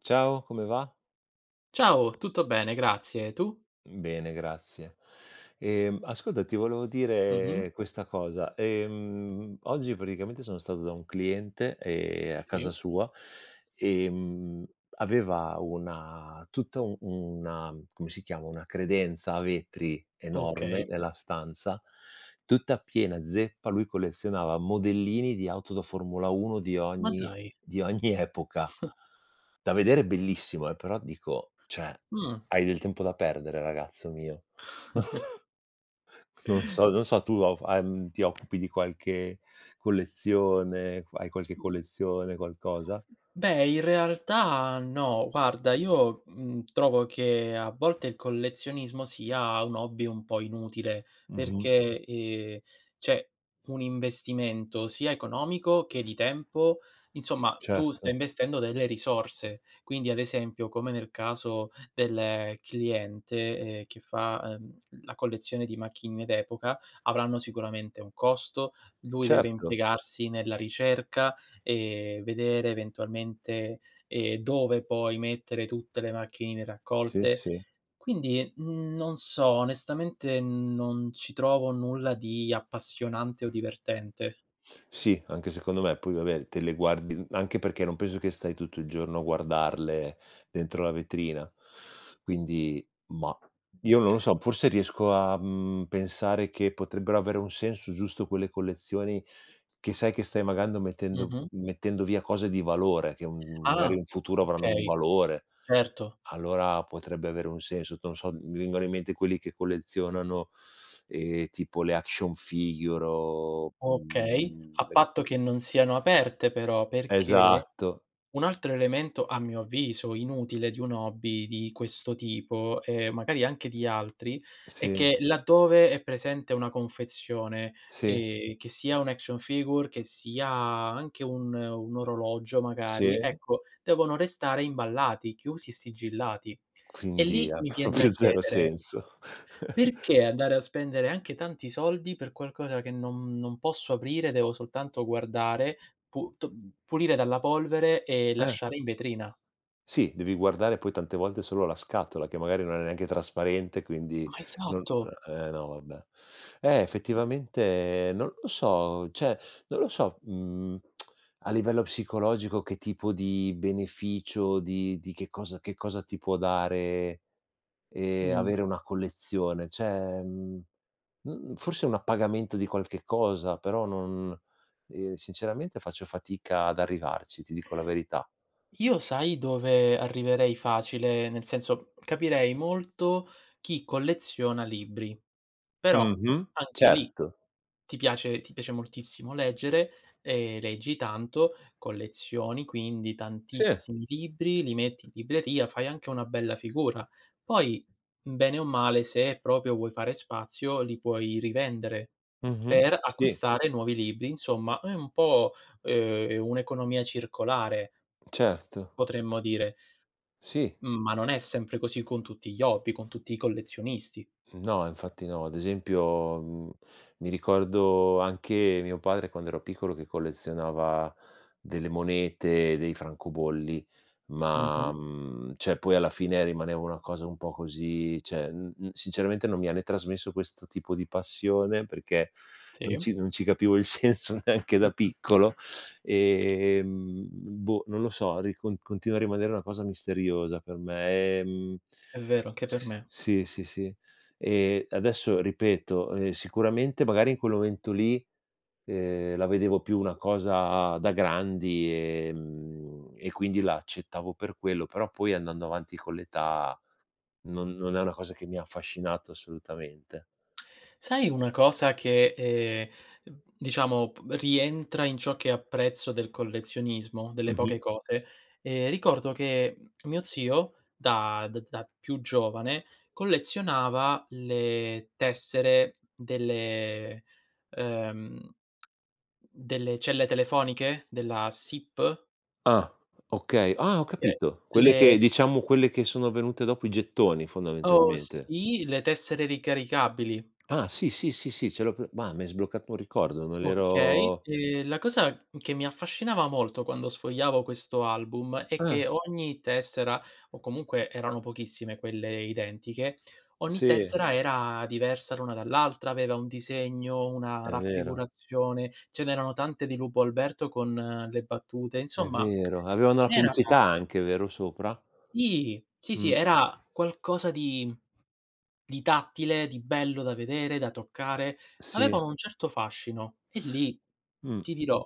Ciao, come va? Ciao, tutto bene, grazie. Tu? Bene, grazie. Ascolta, ti volevo Mh-mh, dire questa cosa. Oggi praticamente sono stato da un cliente, a casa sì. sua, ehm, aveva una tutta u una come si chiama, una credenza a vetri enorme Okay, nella stanza, tutta piena zeppa. Lui collezionava modellini di auto da Formula 1 di ma ogni dai. di ogni epoca. Da vedere è bellissimo però dico, cioè, Mh. hai del tempo da perdere ragazzo mio. Non so tu ti occupi di qualche collezione, hai qualche collezione, qualcosa? Beh, in realtà no. Guarda, io, trovo che a volte il collezionismo sia un hobby un po' inutile, Mh-mh. perché, c'è un investimento sia economico che di tempo. Insomma, tu Certo, stai investendo delle risorse. Quindi, ad esempio, come nel caso del cliente, che fa, la collezione di macchine d'epoca, avranno sicuramente un costo, lui deve certo. impiegarsi nella ricerca, e vedere eventualmente, dove poi mettere tutte le macchinine Sì, raccolte. sì. Quindi, non so, onestamente non ci trovo nulla di appassionante o divertente. Sì, anche secondo me. Poi vabbè, te le guardi anche perché non penso che stai tutto il giorno a guardarle dentro la vetrina. Quindi, mah, io non lo so, forse riesco a, pensare che potrebbero avere un senso giusto quelle collezioni che sai che stai magando mettendo Mh-mh. mettendo via cose di valore, che un magari Ah, in futuro avranno un okay, valore. certo. Allora potrebbe avere un senso. Non so, mi vengono in mente quelli che collezionano, tipo le action figure o, Okay, a le. patto che non siano aperte però, perché Esatto, un altro elemento, a mio avviso, inutile di un hobby di questo tipo, e magari anche di altri, è sì, che laddove è presente una confezione, sì, che sia un action figure, che sia anche un orologio magari, sì, ecco, devono restare imballati, chiusi e sigillati. E quindi lì ha mi vien da proprio 0 chiedere senso. perché andare a spendere anche tanti soldi per qualcosa che non posso aprire, devo soltanto guardare, pu to pulire dalla polvere e Eh. lasciare in vetrina? Sì, devi guardare poi tante volte solo la scatola, che magari non è neanche trasparente, Ma quindi non esatto. No vabbè. Effettivamente non lo so, cioè non lo so, a livello psicologico che tipo di beneficio, di che cosa ti può dare, Mh. avere una collezione. Cioè, forse un appagamento di qualche cosa, però non sinceramente faccio fatica ad arrivarci, ti dico la verità. Io sai dove arriverei facile, nel senso capirei molto chi colleziona libri, però Mh-mh, anche lì certo. ti piace moltissimo leggere, leggi tanto, collezioni quindi Sì, tantissimi libri, li metti in libreria, fai anche una bella figura. Poi, bene o male, se proprio vuoi fare spazio, li puoi rivendere mh-mh, per sì, acquistare nuovi libri. Insomma, è un po', un'economia circolare, certo, potremmo dire, sì. ma non è sempre così con tutti gli hobby, con tutti i collezionisti. No, infatti no. Ad esempio, mi ricordo anche mio padre quando ero piccolo che collezionava delle monete, dei francobolli, Mh-mh, ma, cioè poi alla fine rimaneva una cosa un po' così, cioè, sinceramente non mi ha né trasmesso questo tipo di passione perché non sì. ci non ci capivo il senso neanche da Mh-mh. piccolo, boh, non lo so, ri con continua a rimanere una cosa misteriosa per me, È vero, anche s per me. sì, sì, sì. Sì. Adesso ripeto, sicuramente magari in quel momento lì, la vedevo più una cosa da grandi, e quindi la accettavo per quello, però poi andando avanti con l'età non è una cosa che mi ha affascinato assolutamente. Sai una cosa che, diciamo p rientra in ciò che apprezzo del collezionismo, delle poche Mh-mh. cose? Ricordo che mio zio da d da più giovane collezionava le tessere delle ehm, delle celle telefoniche della SIP, Ah, okay. Ah, ho che capito. Quelle le che diciamo quelle che sono venute dopo i gettoni oh fondamentalmente. sì, le tessere ricaricabili. Ah, sì, sì, sì, sì, ce l'ho pre ma mi hai sbloccato un ricordo, non Okay, ero. La cosa che mi affascinava molto quando sfogliavo questo album è che Ah, ogni tessera, o comunque erano pochissime quelle identiche, ogni sì, tessera era diversa l'una dall'altra, aveva un disegno, una è vero. raffigurazione, ce n'erano tante di Lupo Alberto con le battute, È insomma vero, avevano la era pubblicità anche, vero, sopra? sì, sì, sì, Mh, era qualcosa di tattile, di bello da vedere, da toccare, sì, avevano un certo fascino e lì, mh, ti dirò,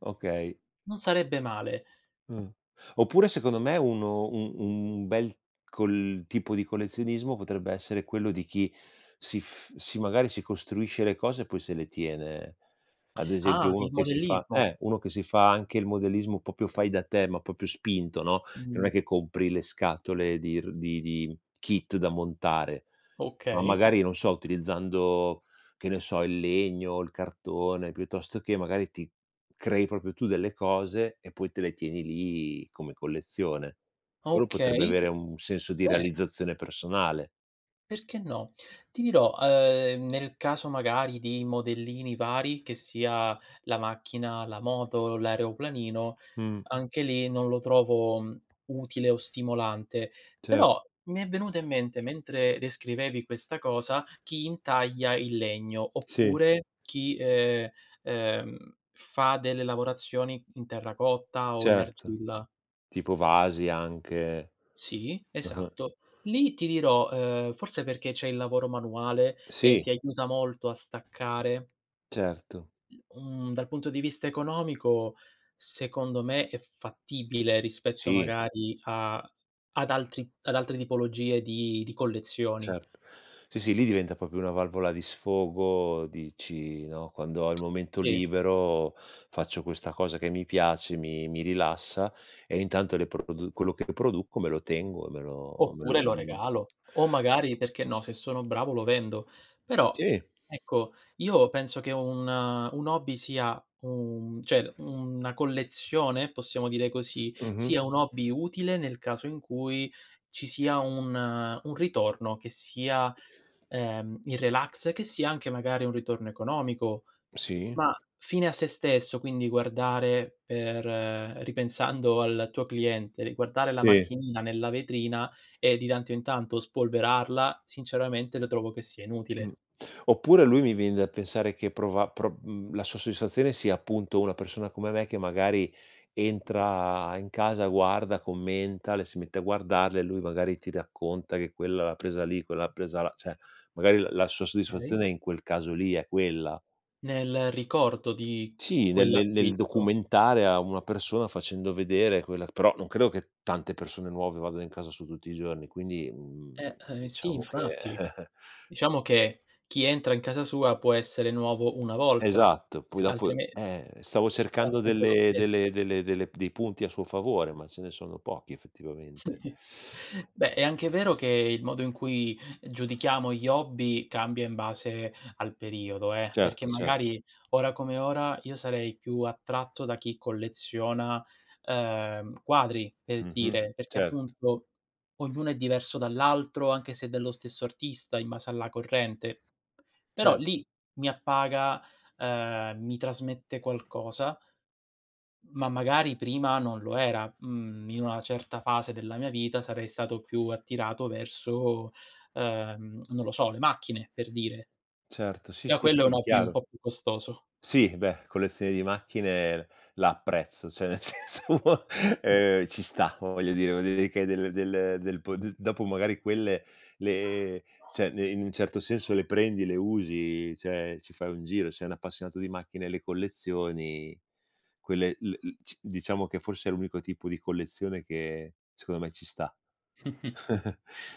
okay. non sarebbe male. Mh. Oppure secondo me uno un bel col tipo di collezionismo potrebbe essere quello di chi si magari si costruisce le cose e poi se le tiene. Ad Ah, esempio uno il che si fa modellismo. Uno che si fa anche il modellismo proprio fai da te, ma proprio spinto, no, che non è Mh, che compri le scatole di r di kit da montare, ma okay, magari, non so, utilizzando, che ne so, il legno, il cartone, piuttosto che magari ti crei proprio tu delle cose e poi te le tieni lì come collezione. Quello potrebbe okay. avere un senso di Beh, realizzazione personale. perché no? Ti dirò, nel caso magari di modellini vari, che sia la macchina, la moto, l'aeroplanino, Mh, anche lì non lo trovo, utile o stimolante. cer Però mi è venuto in mente, mentre descrivevi questa cosa, chi intaglia il legno, sì, oppure chi, fa delle lavorazioni in terracotta o in certo. argilla. Tipo vasi anche. Sì, Ah-ah. esatto. Lì ti dirò, forse perché c'è il lavoro manuale e Sì. ti aiuta molto a staccare. Certo. Mhmm, dal punto di vista economico, secondo me è fattibile rispetto Sì, magari a ad altri ad altre tipologie di collezioni. certo. Sì, sì, lì diventa proprio una valvola di sfogo, dici, no: "Quando ho il momento Sì. libero faccio questa cosa che mi piace, mi rilassa e intanto le produ quello che produco me lo tengo e me lo me Oppure lo" lo mhmm regalo, o magari perché no, se sono bravo lo vendo. Però, Sì, ecco, io penso che un hobby sia un cioè una collezione, possiamo dire così, mh-mh, sia un hobby utile nel caso in cui ci sia un ritorno, che sia, il relax, che sia anche magari un ritorno economico. sì, Ma fine a se stesso, quindi guardare per ripensando al tuo cliente, di guardare la sì, macchinina nella vetrina e di tanto in tanto spolverarla, sinceramente lo trovo che sia mh. inutile. Oppure lui mi viene da pensare che la sua soddisfazione sia appunto una persona come me che magari entra in casa, guarda, commenta, le si mette a guardarle e lui magari ti racconta che quella l'ha presa lì, quella l'ha presa là, cioè magari la sua Okay. soddisfazione in quel caso lì è quella. Nel ricordo di Sì, nel quell'acquisto documentare a una persona facendo vedere quella però non credo che tante persone nuove vadano in casa su tutti i giorni, quindi, sì diciamo che infatti. Diciamo che chi entra in casa sua può essere nuovo una volta, esatto, poi se dopo altrime stavo sarà cercando sempre lo delle ste. delle delle delle dei punti a suo favore, ma ce ne sono pochi effettivamente. Beh, è anche vero che il modo in cui giudichiamo gli hobby cambia in base al periodo, perché Certo, cer magari ora come ora io sarei più attratto da chi colleziona, quadri, per mh-mh, dire, perché certo, appunto ognuno è diverso dall'altro, anche se è dello stesso artista in base alla corrente. Però certo, lì mi appaga, mi trasmette qualcosa ma magari prima non lo era. Mhmm, in una certa fase della mia vita sarei stato più attirato verso, non lo so, le macchine per dire. certo, sì, Già sì, quello è un sì, hobby un chiaro. po' più costoso. Sì, beh, collezione di macchine la apprezzo, cioè nel senso, ci sta, voglio dire, vuol dire che del del del po d dopo magari quelle le cioè ne in un certo senso le prendi, le usi, cioè ci fai un giro. Sei un appassionato di macchine e le collezioni, quelle l l c diciamo che forse è l'unico tipo di collezione che secondo me ci sta.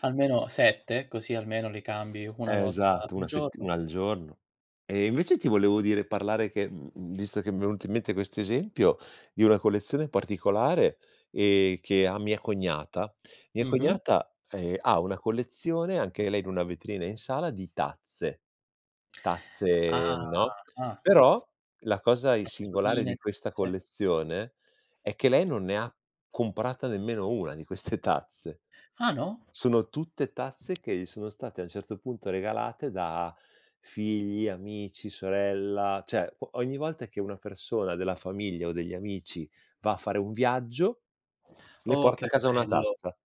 Almeno 7, così almeno li cambi una volta al Esatto, 1 sett giorno. 1 al giorno. E invece ti volevo dire parlare che, visto che mi è venuto in mente questo esempio, di una collezione particolare, che ha mia cognata. Mia Mh-mh. cognata, ha una collezione, anche lei in una vetrina in sala, di tazze. Ah, Tazze, no, ah, però la cosa i singolare tazzoline, di questa tazze. collezione è che lei non ne ha comprata nemmeno 1 di queste tazze. Ah no? Sono tutte tazze che gli sono state a un certo punto regalate da figli, amici, sorella, cioè o ogni volta che una persona della famiglia o degli amici va a fare un viaggio, le Oh porta a che casa una bello. tazza.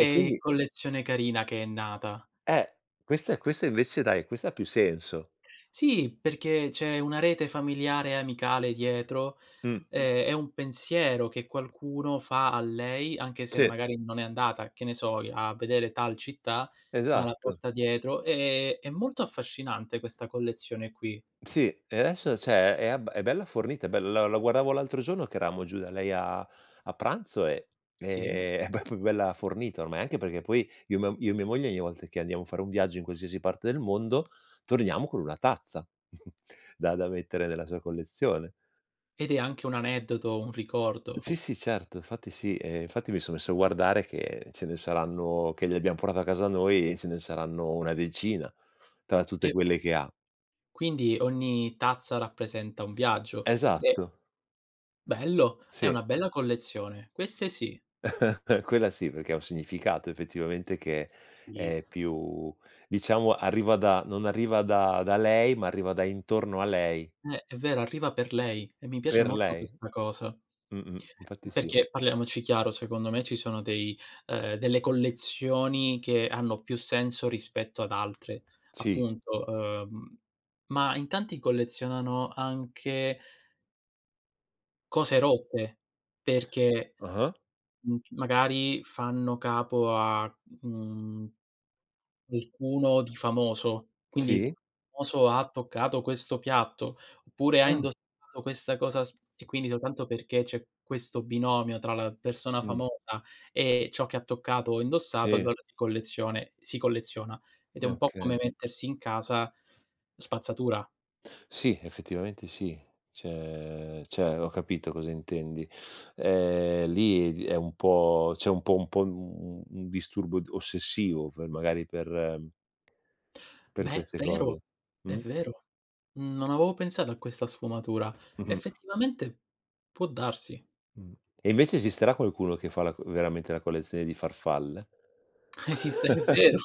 E quindi collezione carina che è nata. eh, questa invece dai, questa ha più senso. Sì, perché c'è una rete familiare e amicale dietro. Mh, È un pensiero che qualcuno fa a lei, anche se sì, magari non è andata, che ne so, a vedere tal città, ma la esatto. porta dietro. È molto affascinante questa collezione qui, Sì, e adesso cioè è ab è bella fornita, è bella la guardavo l'altro giorno che eravamo giù da lei a pranzo e sì, e è proprio bella fornita ormai, anche perché poi io e mia moglie ogni volta che andiamo a fare un viaggio in qualsiasi parte del mondo, torniamo con una tazza da mettere nella sua collezione. ed è anche un aneddoto, un ricordo. Sì, sì, certo, infatti sì, infatti mi sono messo a guardare che ce ne saranno che le abbiamo portato a casa noi e ce ne saranno una decina, tra tutte E quelle che ha. quindi ogni tazza rappresenta un viaggio. E Esatto, bello, è sì. una bella collezione, queste sì. Quella sì, perché ha un significato effettivamente che è più diciamo arriva da non arriva da lei, ma arriva da intorno a lei, È vero, arriva per lei e mi piace per molto lei. questa cosa. Mh-mh, infatti sì. Perché parliamoci chiaro, secondo me ci sono dei delle collezioni che hanno più senso rispetto ad altre, Sì. appunto, ma in tanti collezionano anche cose rotte, perché, Ah-ah. Magari fanno capo a, mhmm qualcuno di famoso, quindi Sì. famoso ha toccato questo piatto, oppure ha Ah. indossato questa cosa s e quindi soltanto perché c'è questo binomio tra la persona Mh. famosa e ciò che ha toccato o indossato, Sì. allora si collezione si colleziona. Ed è un po' come Okay. mettersi in casa spazzatura. Sì, effettivamente sì. Cioè ho capito cosa intendi. Lì è un po' un disturbo d ossessivo per magari per Beh, queste vero, cose. è Mh. vero. Non avevo pensato a questa sfumatura. Mh-mh. Effettivamente può darsi. Mh. E invece esisterà qualcuno che fa la co veramente la collezione di farfalle? Esiste, è vero.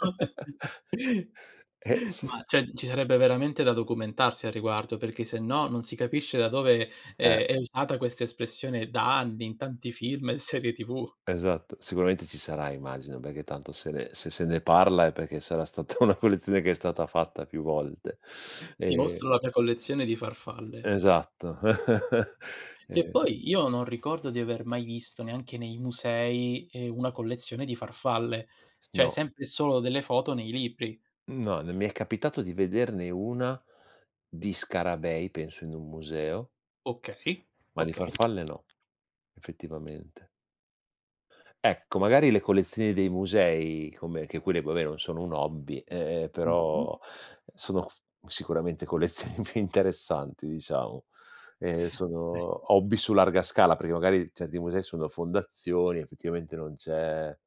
Eh sì, Ma cioè, ci sarebbe veramente da documentarsi al riguardo, perché sennò non si capisce da dove, eh, è usata questa espressione da anni in tanti film e serie TV. esatto. Sicuramente ci sarà immagino, perché tanto se ne parla è perché sarà stata una collezione che è stata fatta più volte. "Ti Ehm, mostro la mia collezione di farfalle." esatto. Che Ehm, poi io non ricordo di aver mai visto, neanche nei musei, una collezione di farfalle, s cioè no, sempre e solo delle foto nei libri. no, non mi è capitato di vederne una di scarabei penso in un museo, Okay, ma di okay. farfalle no, effettivamente. Ecco, magari le collezioni dei musei, come che quelle vabbè non sono un hobby, Mh-mh. però sono sicuramente collezioni più interessanti diciamo. Beh, Sono hobby su larga scala, perché magari certi musei sono fondazioni, effettivamente non c'è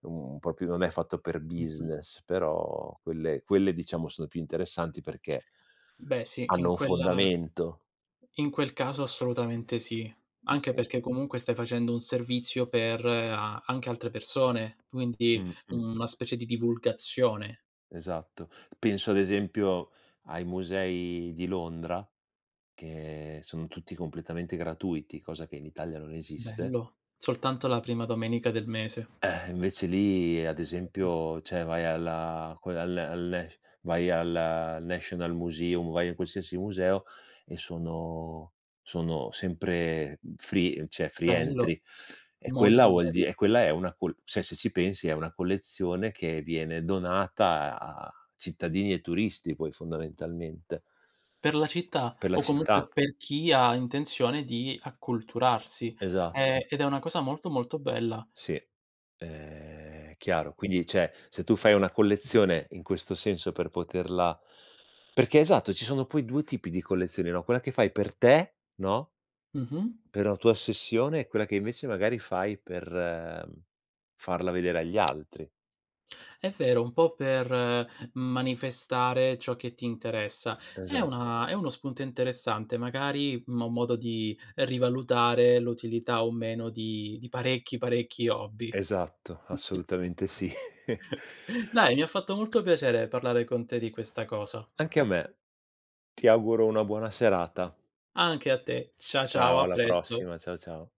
un proprio non è fatto per mh-mh. business, però quelle diciamo sono più interessanti perché Beh sì, in hanno un quella fondamento. in quel caso assolutamente sì, anche Sì. perché comunque stai facendo un servizio per a anche altre persone, quindi Mh-mh. una specie di divulgazione. Esatto. Penso ad esempio ai musei di Londra, che sono tutti completamente gratuiti, cosa che in Italia non esiste, Bello. Soltanto la prima domenica del mese. Invece lì ad esempio, cioè vai alla que al al Nas vai al National Museum, vai in qualsiasi museo e sono sempre free cioè free Bello, entry. E quella molto vuol di bello. e quella è una col cioè se ci pensi è una collezione che viene donata a cittadini e turisti poi fondamentalmente, Per la città per la o comunque città. per chi ha intenzione di acculturarsi, Esatto. Ed è una cosa molto, molto bella. Sì, chiaro. Quindi, cioè, se tu fai una collezione in questo senso perché esatto, ci sono poi 2 tipi di collezioni, no, quella che fai per te, no, Mh-mh. per la tua ossessione e quella che invece magari fai per, farla vedere agli altri. È vero, un po' per manifestare ciò che ti interessa. È Esatto, una è uno spunto interessante, magari, un modo di rivalutare l'utilità o meno di parecchi, parecchi hobby. esatto, assolutamente sì. Dai, mi ha fatto molto piacere parlare con te di questa cosa. Anche a me. Ti auguro una buona serata. Anche a te. Cia ciao, Ciao, a alla presto. prossima. Ciao, ciao.